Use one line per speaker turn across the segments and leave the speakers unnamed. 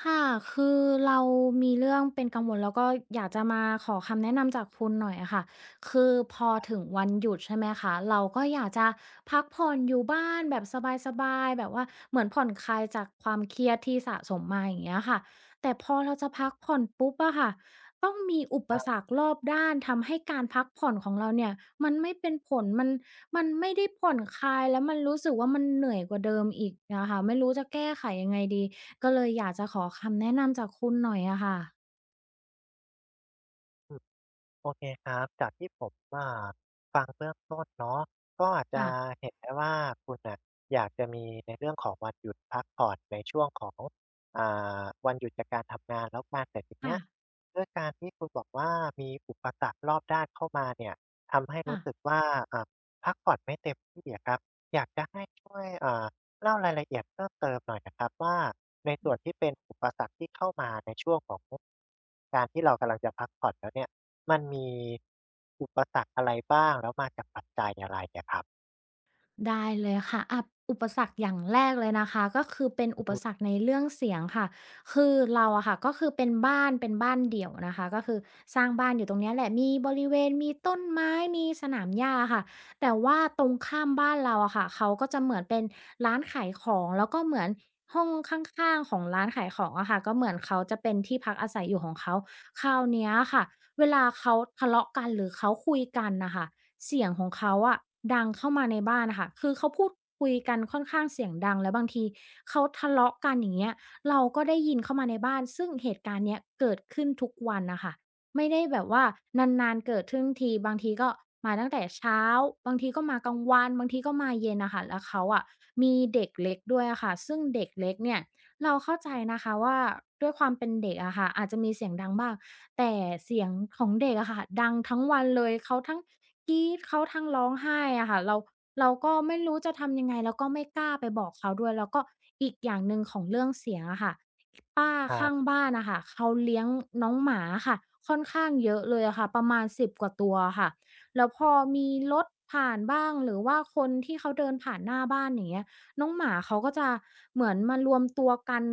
ค่ะคือเรามีเรื่องเป็นกังวลแล้วก็อยากจะมาขอคำแนะนำจากคุณหน่อยอะค่ะ คือพอถึงวันหยุดใช่ไหมคะ เราก็อยากจะพักผ่อนอยู่บ้านแบบสบายๆ แบบว่าเหมือนผ่อนคลายจากความเครียดที่สะสมมาอย่างเงี้ยค่ะ แต่พอเราจะพักผ่อนปุ๊บอะค่ะต้องมีอุป
ครั
สรร
บ
ครอบด้านทำให้การพักผ่อนของเราเนี่ยมันไม่เป็นผล มันไม่ได้ผ่อนคลายแล้วมันรู้สึกว่ามันเหนื่อยกว่าเดิมอีกนะคะไม่รู้จะแก้ไขยังไงดี ก็เลยอยากจะขอคำแนะนำจากคุณหน่อยอะค่ะ
อื โอเคครับจากที่ผมฟังเบื้องต้นเนาะก็อาจจะ
ค่ะ
เห็นได้ว่าคุณน่ะอยากจะมีในเรื่องของวันหยุดพักผ่อนในช่วงของอ่วันหยุดจากการทำงานแล้วกันแต่ทีเนี้
ค่ะ
ยด้วยการที่คุณบอกว่ามีอุปสรรครอบด้านเข้ามาเนี่ยทำให้
ค่ะ
รู้สึกว่าอ่าพักผ่อนไม่เต็มที่อะครับอยากจะให้ช่วยเล่ารายละเอียดเพิ่มเติมหน่อยนะครับว่าในส่วนที่เป็นอุปสรรคที่เข้ามาในช่วงของการที่เรากำลังจะพักผ่อนแล้วเนี่ย มันมีอุปสรรคอะไรบ้างแล้วมาจากปัจจัยอะไรอะครับ
ได้เลยค่ะอะอุปสรรคอย่างแรกเลยนะคะก็คือเป็น
อือ
อุปสร
ฮึ
รคในเรื่องเสียงค่ะคือเราอะค่ะก็คือเป็นบ้านเป็นบ้านเดี่ยวนะคะก็คือสร้างบ้านอยู่ตรงเนี้ยแหละมีบริเวณมีต้นไม้มีสนามหญ้าค่ะแต่ว่าตรงข้ามบ้านเราอะค่ะเขาก็จะเหมือนเป็นร้านขายของแล้วก็เหมือนห้องข้างๆของร้านขายของอะค่ะก็เหมือนเขาจะเป็นที่พักอาศัยอยู่ของเขาคราวเนี้ยค่ะเวลาเขาทะเลาะกันหรือเขาคุยกันนะคะ เสียงของเขาอะดังเข้ามาในบ้านอะค่ะ คือเขาพูดคุยกันค่อนข้างเสียงดังแล้วบางทีเขาทะเลาะกันอย่างเงี้ยเราก็ได้ยินเข้ามาในบ้านซึ่งเหตุการณ์เนี้ยเกิดขึ้นทุกวันน่ะค่ะไม่ได้แบบว่านานๆเกิดขึ้นทีบางทีก็มาตั้งแต่เช้าบางทีก็มากลางวันบางทีก็มาเย็นน่ะค่ะแล้วเขาอะมีเด็กเล็กด้วยอะค่ะซึ่งเด็กเล็กเนี่ย เราเข้าใจนะคะว่าด้วยความเป็นเด็กอะค่ะอาจจะมีเสียงดังบ้างแต่เสียงของเด็กอะค่ะดังทั้งวันเลยเขาทั้งกรี๊ดเขาทั้งร้องไห้อะค่ะเราก็ไม่รู้จะทำยังไงแล้วก็ไม่กล้าไปบอกเขาด้วยแล้วก็อีกอย่างหนึ่งของเรื่องเสียงอะค่ะป้า
ครั
ข้าง
บ
บ้านน่ะค่ะเขาเลี้ยงน้องหมาอะค่ะค่อนข้างเยอะเลยอะค่ะประมาณ10 กว่าตัวอะค่ะแล้วพอมีรถผ่านบ้างหรือว่าคนที่เขาเดินผ่านหน้าบ้านอย่างเงี้ย น้องหมาเขาก็จะเหมือนมารวมตัวกัน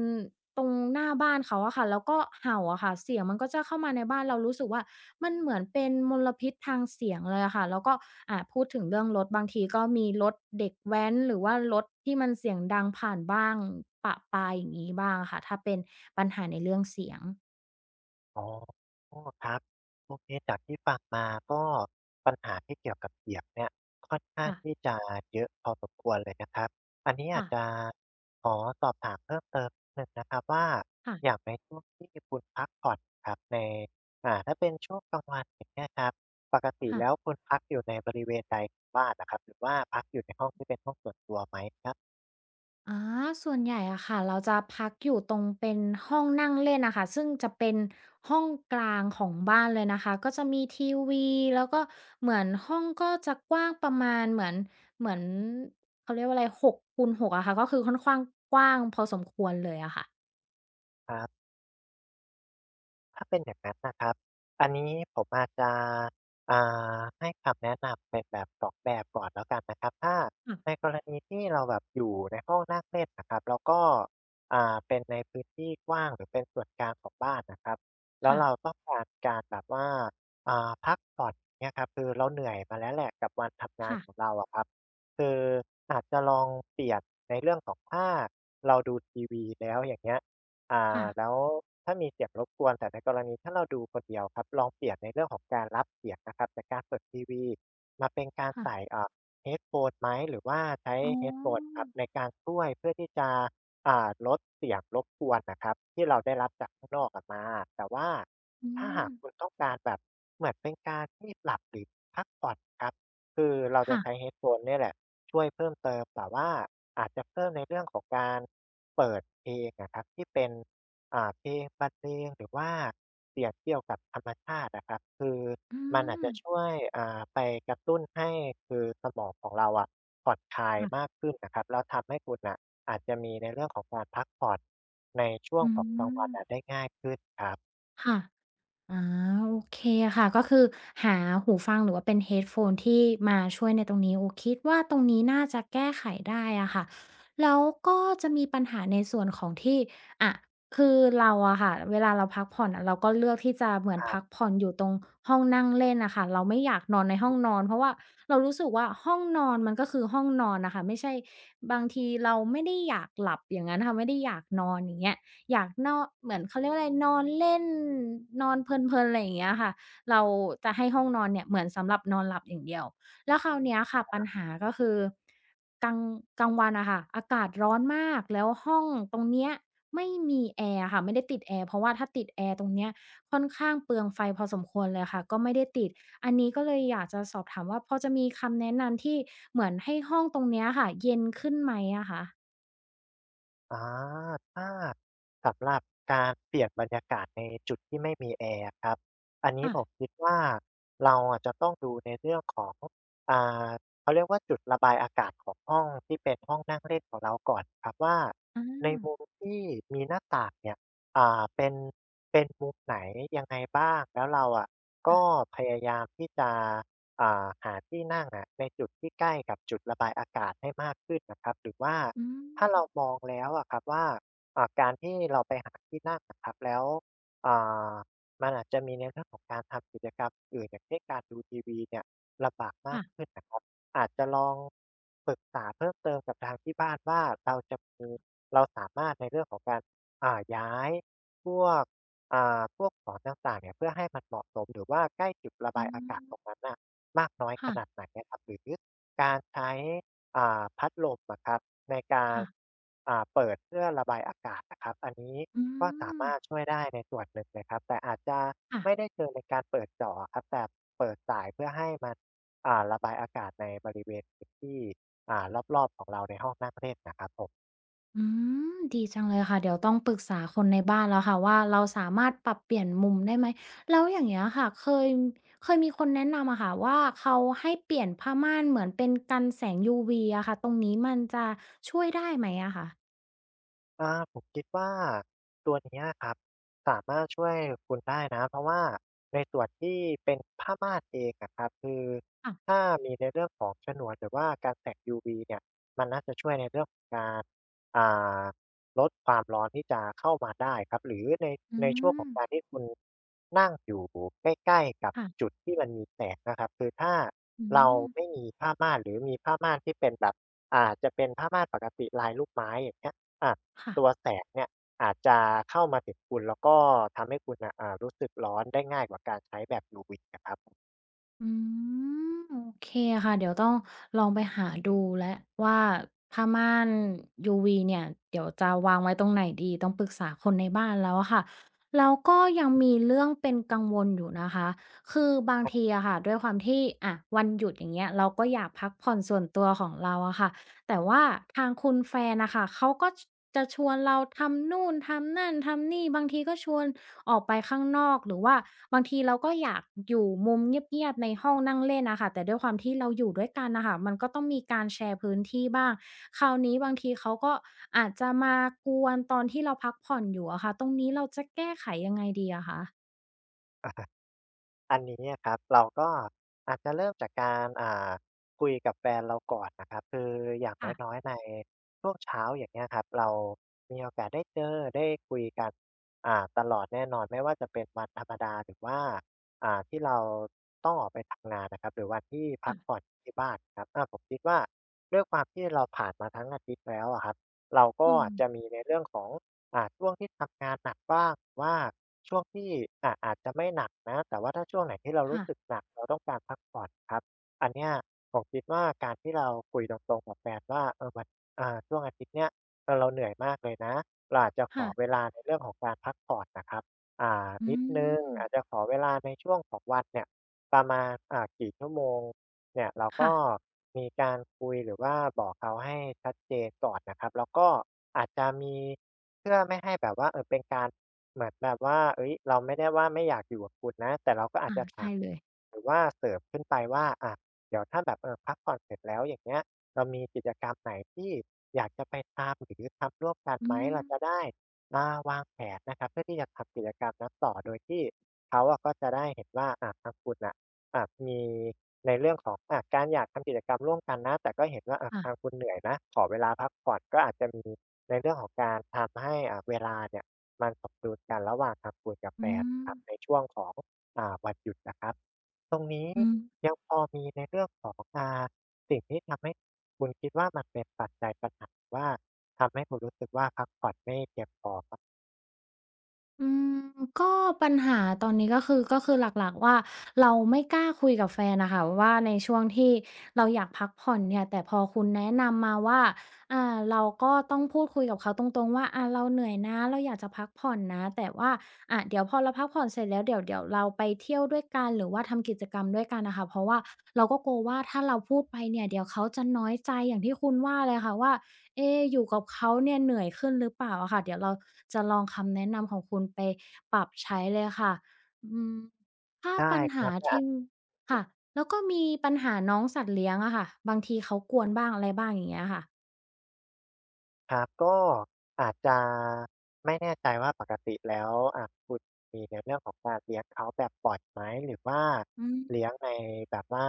ตรงหน้าบ้านเขาอะค่ะแล้วก็เห่าอะค่ะเสียงมันก็จะเข้ามาในบ้านเรารู้สึกว่ามันเหมือนเป็นมลพิษทางเสียงเลยอะค่ะแล้วก็พูดถึงเรื่องรถบางทีก็มีรถเด็กแว้นหรือว่ารถที่มันเสียงดังผ่านบ้างปะปายอย่างงี้บ้างอะค่ะถ้าเป็นปัญหาในเรื่องเสียง
อ๋อครับโอเคจากที่ฟังมาก็ปัญหาที่เกี่ยวกับเสียงเนี่ยค่อนข้าง
ค่ะ
ที่จะเยอะพอสมควรเลยนะครับอันนี้อา
ค่ะ
จจะขอสอบถามเพิ่มเติมนิดหนึ่งนะครับว่าอย่าง
ค่ะ
ในช่วงที่คุณพักผ่อนครับในถ้าเป็นช่วงกลางวันอย่างเงี้ยครับปกติ
ค่ะ
แล้วคุณพักอยู่ในบริเวณใดของบ้านอะครับหรือว่าพักอยู่ในห้องที่เป็นห้องส่วนตัวไหมครับ
อาส่วนใหญ่อะค่ะ เราจะพักอยู่ตรงเป็นห้องนั่งเล่นอะค่ะซึ่งจะเป็นห้องกลางของบ้านเลยนะคะ ก็จะมีทีวีแล้วก็เหมือนห้องก็จะกว้างประมาณเหมือนเขาเรียกว่าอะไร6 คูณ 6อะค่ะก็คือค่อนข้างกว้างพอสมควรเลยอะ
ครับ ถ้าเป็นอย่างนั้นนะครับ อันนี้ผมอาจจะอ่ให้คำแนะนำเป็นแบบ2แบบก่อนแล้วกันนะครับถ้าใน
ค่ะ
กรณีที่เราแบบอยู่ในห้องนั่งเล่นนะครับแล้วก็เป็นในพื้นที่กว้างหรือเป็นส่วนกลางของบ้านนะครับแล้วเรา
ค่ะ
ต้องการการแบบว่าพักผ่อนเนี่ยครับคือเราเหนื่อยมาแล้วแหละกับวันทำงาน
ค่ะ
ของเราอะครับคืออาจจะลองเปลี่ยนในเรื่องของถ้าเราดูทีวีแล้วอย่างเงี้ย
ค่ะ
แล้วถ้ามีเสียงรบกวนแต่ในกรณีถ้าเราดูคนเดียวครับลองเปลี่ยนในเรื่องของการรับเสียงนะครับจากการเปิดทีวีมาเป็นการ
ค่ะ
ใส่เอ่า headphone ไหมหรือว่าใช้
อ๋อ
headphone ครับในการช่วยเพื่อที่จะลดเสียงรบกวนน่ะครับที่เราได้รับจากข้างนอกอะมาแต่ว่า
อื
ถ้าหาก
ม
คุณต้องการแบบเหมือนเป็นการที่หลับหรือพักผ่อนครับ คือเราจะ
ค่ะ
ใช้ headphone เนี่ยแหละช่วยเพิ่มเติมแต่ว่าอาจจะเพิ่มในเรื่องของการเปิดเพลงอะครับที่เป็นเพลงบรรเลงหรือว่าเสียงเกี่ยวกับธรรมชาติอะครับคือ
อื
มันอาจ
ม
จะช่วยไปกระตุ้นให้คือสมองของเราอะผ่อนคลายมาก
ค่ะ
ขึ้นนะครับแล้วทำให้คุณน่ะอาจจะมีในเรื่องของการพักผ่อนในช่วง
อื
ของกลางวันอะ
ม
ได้ง่ายขึ้นครับ
ค่ะ อาโอเคค่ะก็คือหาหูฟังหรือว่าเป็น headphone ที่มาช่วยในตรงนี้โอ้คิดว่าตรงนี้น่าจะแก้ไขได้อะค่ะแล้วก็จะมีปัญหาในส่วนของที่อะคือเราอะค่ะเวลาเราพักผ่อนอะเราก็เลือกที่จะเหมือน
ครั
พัก
บ
ผ่อนอยู่ตรงห้องนั่งเล่นน่ะค่ะเราไม่อยากนอนในห้องนอนเพราะว่าเรารู้สึกว่าห้องนอนมันก็คือห้องนอนน่ะค่ะไม่ใช่บางทีเราไม่ได้อยากหลับอย่างงั้นค่ะไม่ได้อยากนอนอย่างเงี้ย อยากนอนเหมือนเขาเรียกว่าอะไรนอนเล่นนอนเพลินๆอะไรอย่างเงี้ยค่ะเราจะให้ห้องนอนเนี่ยเหมือนสำหรับนอนหลับอย่างเดียวแล้วคราวเนี้ยค่ะปัญหาก็คือกลางกลางวันอะค่ะอากาศร้อนมากแล้วห้องตรงเนี้ยไม่มีแอร์อะค่ะไม่ได้ติดแอร์เพราะว่าถ้าติดแอร์ตรงเนี้ยค่อนข้างเปลืองไฟพอสมควรเลยค่ะก็ไม่ได้ติดอันนี้ก็เลยอยากจะสอบถามว่าพอจะมีคำแนะนำที่เหมือนให้ห้องตรงเนี้ยค่ะเย็นขึ้นไหมอะคะ
อาถ้าสำหรับการเปลี่ยนบรรยากาศในจุดที่ไม่มีแอร์อะครับอันนี้
ค่ะ
ผมคิดว่าเราอะจะต้องดูในเรื่องของอ่าเขาเรียกว่าจุดระบายอากาศของห้องที่เป็นห้องนั่งเล่นของเราก่อนครับว่า
อา
ในมุมที่มีหน้าต่างเนี่ยเป็นมุมไหนยังไงบ้างแล้วเราอะก็
ค่ะ
พยายามที่จะหาที่นั่งอะในจุดที่ใกล้กับจุดระบายอากาศให้มากขึ้นน่ะครับหรือว่า
อื
ถ้า
ม
เรามองแล้วอะครับว่าการที่เราไปหาที่นั่งอะครับแล้วอ่ามันอาจจะมีในเรื่องของการทำกิจกรรมอื่นอย่างเช่นการดูทีวีเนี่ยลำบากมาก
ค่ะ
ขึ้นนะครับอาจจะลองปรึกษาเพิ่มเติมกับทางที่บ้านว่าเราจะมีเราสามารถในเรื่องของการย้ายพวกพวกของต่างๆเนี่ยเพื่อให้มันเหมาะสมหรือว่าใกล้จุดระ
อื
บายอากาศตรง
ม
นั้นน่ะมากน้อยข
ค่ะ
นาดไหนอะครับหรือการใช้ พัดลมอะครับในการ
ค่ะ
เปิดเพื่อระบายอากาศอะครับอันนี้
อื
ก็สา
ม
มารถช่วยได้ในส่วนหนึ่งเลยครับแต่อาจจะไม่
ค่ะ
ได้เชิงเนการเปิดเจาะอครับแต่เปิดสายเพื่อให้มันระบายอากาศในบริเวณพื้นที่อ่ารอบๆของเราในห้องนั่งเล่นนะครับผม
อืมดีจังเลยค่ะ เดี๋ยวต้องปรึกษาคนในบ้านแล้วค่ะว่าเราสามารถปรับเปลี่ยนมุมได้ไหม แล้วอย่างเงี้ยค่ะเคยมีคนแนะนำอะค่ะว่าเขาให้เปลี่ยนผ้าม่านเหมือนเป็นกันแสง UV อะค่ะตรงนี้มันจะช่วยได้ไหมอะคะ
อาผมคิดว่าตัวเนี้ยครับสามารถช่วยคุณได้นะเพราะว่าในส่วนที่เป็นผ้าม่านเองอะครับคือ
ค่ะ
ถ้ามีในเรื่องของฉนวนหรือว่าการแสง UV เนี่ยมันน่าจะช่วยในเรื่องของการอ่าลดความร้อนที่จะเข้ามาได้ครับหรือใน
อื
ช่วงข
ม
องการที่คุณนั่งอยู่ใกล้ๆกับจุด
ค่ะ
ที่มันมีแสงนะครับคือถ้า
อื
เรา
ม
ไม่มีผ้าม่านหรือมีผ้าม่านที่เป็นแบบจจะเป็นผ้าม่านปกติลายลูกไม้อย่างเงี้ยอา
ค่ะ
ตัวแสงเนี่ยอาจจะเข้ามาถึงคุณแล้วก็ทำให้คุณน่ะรู้สึกร้อนได้ง่ายกว่าการใช้แบบ UV อะครับผ
อืมโอเคค่ะเดี๋ยวต้องลองไปหาดูและว่าผ้าม่าน UV เนี่ยเดี๋ยวจะวางไว้ตรงไหนดีต้องปรึกษาคนในบ้านแล้วอะค่ะแล้วก็ยังมีเรื่องเป็นกังวลอยู่นะคะคือบางทีอะค่ะด้วยความที่อะวันหยุดอย่างเงี้ยเราก็อยากพักผ่อนส่วนตัวของเราอะค่ะแต่ว่าทางคุณแฟนน่ะค่ะเขาก็ชจะชวนเราทำนู่นทำนั่นทำนี่บางทีก็ชวน ออกไปข้างนอกหรือว่าบางทีเราก็อยากอยู่มุมเงียบๆในห้องนั่งเล่นอะค่ะแต่ด้วยความที่เราอยู่ด้วยกันน่ะค่ะมันก็ต้องมีการแชร์พื้นที่บ้างคราวนี้บางทีเขาก็อาจจะมากวนตอนที่เราพักผ่อนอยู่อะค่ะตรงนี้เราจะแก้ไขยังไงดีอะคะ
ม อันนี้อะครับเราก็อาจจะเริ่มจากการคุยกับแฟนเราก่อนนะครับคืออย่างน้อ
ค่ะ
ยๆในช่วงเช้าอย่างเงี้ยครับเรามีโอกาสได้เจอได้คุยกันตลอดแน่นอนไม่ว่าจะเป็นวันธรรมดาหรือว่าที่เราต้องออกไปทำงานนะครับหรือวันที่พักผ่อน
ค่ะ
ที่บ้านครับผมคิดว่าด้วยความที่เราผ่านมาทั้งอาทิตย์แล้วอะครับเราก็
อืม
จะมีในเรื่องของ ช่วงที่ทำงานหนักบ้างหรือว่าช่วงที่อาจจะไม่หนักนะแต่ว่าถ้าช่วงไหนที่เรารู้
ค่ะ
สึกหนักเราต้องการพักผ่อนครับอันเนี้ยผมคิดว่าการที่เราคุยตรงๆกับแฟนว่าเออวันช่วงอาทิตย์เนี้ยเออเราเหนื่อยมากเลยนะเราอาจจะขอ
ค่ะ
เวลาในเรื่องของการพักผ่อนนะครับ
อื
นิดนึง
ม
อาจจะขอเวลาในช่วงของวันเนี่ยประมาณกี่ชั่วโมง เนี่ยเราก็
ค่ะ
มีการคุยหรือว่าบอกเขาให้ชัดเจนก่อนนะครับแล้วก็อาจจะมีเพื่อไม่ให้แบบว่าเออเป็นการเหมือนแบบว่าเอ้ยเราไม่ได้ว่าไม่อยากอยู่กับคุณนะแต่เราก็อาจ
อา
จะถา
ใช่
ม
เลย
หรือว่าเสริมขึ้นไปว่าอะเดี๋ยวถ้าแบบเออพักผ่อนเสร็จแล้วอย่างเงี้ยเรามีกิจกรรมไหนที่อยากจะไปทำหรือทำร่วมกัน
อื
ไหม
ม
เราจะได้มาวางแผนนะครับเพื่อที่จะทำกิจกรรมนั้นต่อโดยที่เขาอะก็จะได้เห็นว่าอะทางคุณนะ อะมีในเรื่องของอะการอยากทำกิจกรรมร่วมกันนะแต่ก็เห็นว่าทาง
ค่ะ
คุณเหนื่อยนะขอเวลาพักผ่อนก็อาจจะมีในเรื่องของการทำให้เวลาเนี่ยมันสมดุลกันระหว่างทำบุญกับแฟ
อื
น
ม
ครับในช่วงของวันหยุดนะครับตรงนี้
อืม
ยังพอมีในเรื่องของสิ่งที่ทำให้คุณคิดว่ามันเป็นปัจจัยปัญหาว่าทำให้คุณรู้สึกว่าพักผ่อนไม่เพียงพอครับ
อืมก็ปัญหาตอนนี้ก็คือหลักๆว่าเราไม่กล้าคุยกับแฟนน่ะค่ะว่าในช่วงที่เราอยากพักผ่อนเนี่ยแต่พอคุณแนะนำมาว่าเราก็ต้องพูดคุยกับเขาตรงๆว่าอาเราเหนื่อยนะเราอยากจะพักผ่อนนะแต่ว่าเดี๋ยวพอเราพักผ่อนเสร็จแล้วเดี๋ยวเราไปเที่ยวด้วยกันหรือว่าทำกิจกรรมด้วยกันน่ะค่ะเพราะว่าเราก็กลัวว่าถ้าเราพูดไปเนี่ยเดี๋ยวเขาจะน้อยใจอย่างที่คุณว่าเลยค่ะว่า เอ๊ะอยู่กับเขาเนี่ยเหนื่อยขึ้นหรือเปล่าอะค่ะเดี๋ยวเราจะลองคำแนะนำของคุณไปปรับใช้เลยค่ะอืมถ้า
ได้
ปัญ
ค
หา
รับ
ที่ค่ะแล้วก็มีปัญหาน้องสัตว์เลี้ยงอะค่ะบางทีเขากวนบ้างอะไรบ้างอย่างเงี้ยค่ะ
ครับก็อาจจะไม่แน่ใจว่าปกติแล้วคุณมีในเรื่องของการเลี้ยงเขาแบบปล่อยไหมหรือว่า
อืม
เลี้ยงในแบบว่า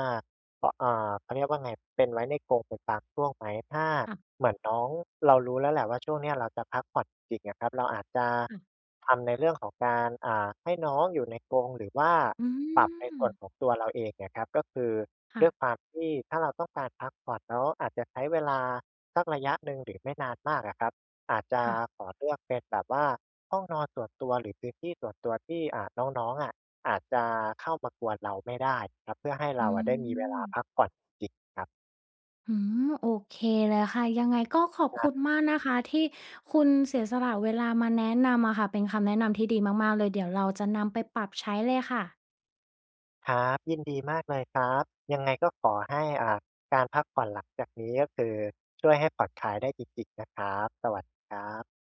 อเอ่อเขาเรียกว่าไงเป็นไว้ในกรงเป็นบางช่วงไหมถ้า
ค่ะ
เหมือนน้องเรารู้แล้วแหละว่าช่วงเนี้ยเราจะพักผ่อนจริงๆอะครับเราอาจจะ
ค่ะ
ทำในเรื่องของการให้น้องอยู่ในกรงหรือว่า
อื
ปรับใน
ม
ส่วนของตัวเราเองเนี่ยครับก็คือ
ค่ะ
ด้วยความที่ถ้าเราต้องการพักผ่อนแล้วอาจจะใช้เวลา สักระยะหนึ่งหรือไม่นานมากอะครับอาจจะ
ค่ะ
ขอเลือกเป็นแบบว่าห้องนอนส่วนตัวหรือพื้นที่ส่วนตัวที่น้องๆอะอาจจะเข้ามากวนเราไม่ได้ครับเพื่อให้เรา
อื
อะได้มีเว
ม
ลาพักผ่อนจริงๆครับ
อืมโอเคเลยค่ะยังไงก็ขอบ
ครั
คุณ
บ
มากนะคะที่คุณเสียสละเวลามาแนะนำอะค่ะเป็นคำแนะนำที่ดีมากๆเลยเดี๋ยวเราจะนำไปปรับใช้เลยค่ะ
ครับยินดีมากเลยครับยังไงก็ขอให้การพักผ่อนหลังจากนี้ก็คือช่วยให้ผ่อนคลายได้จริงๆนะครับสวัสดีครับ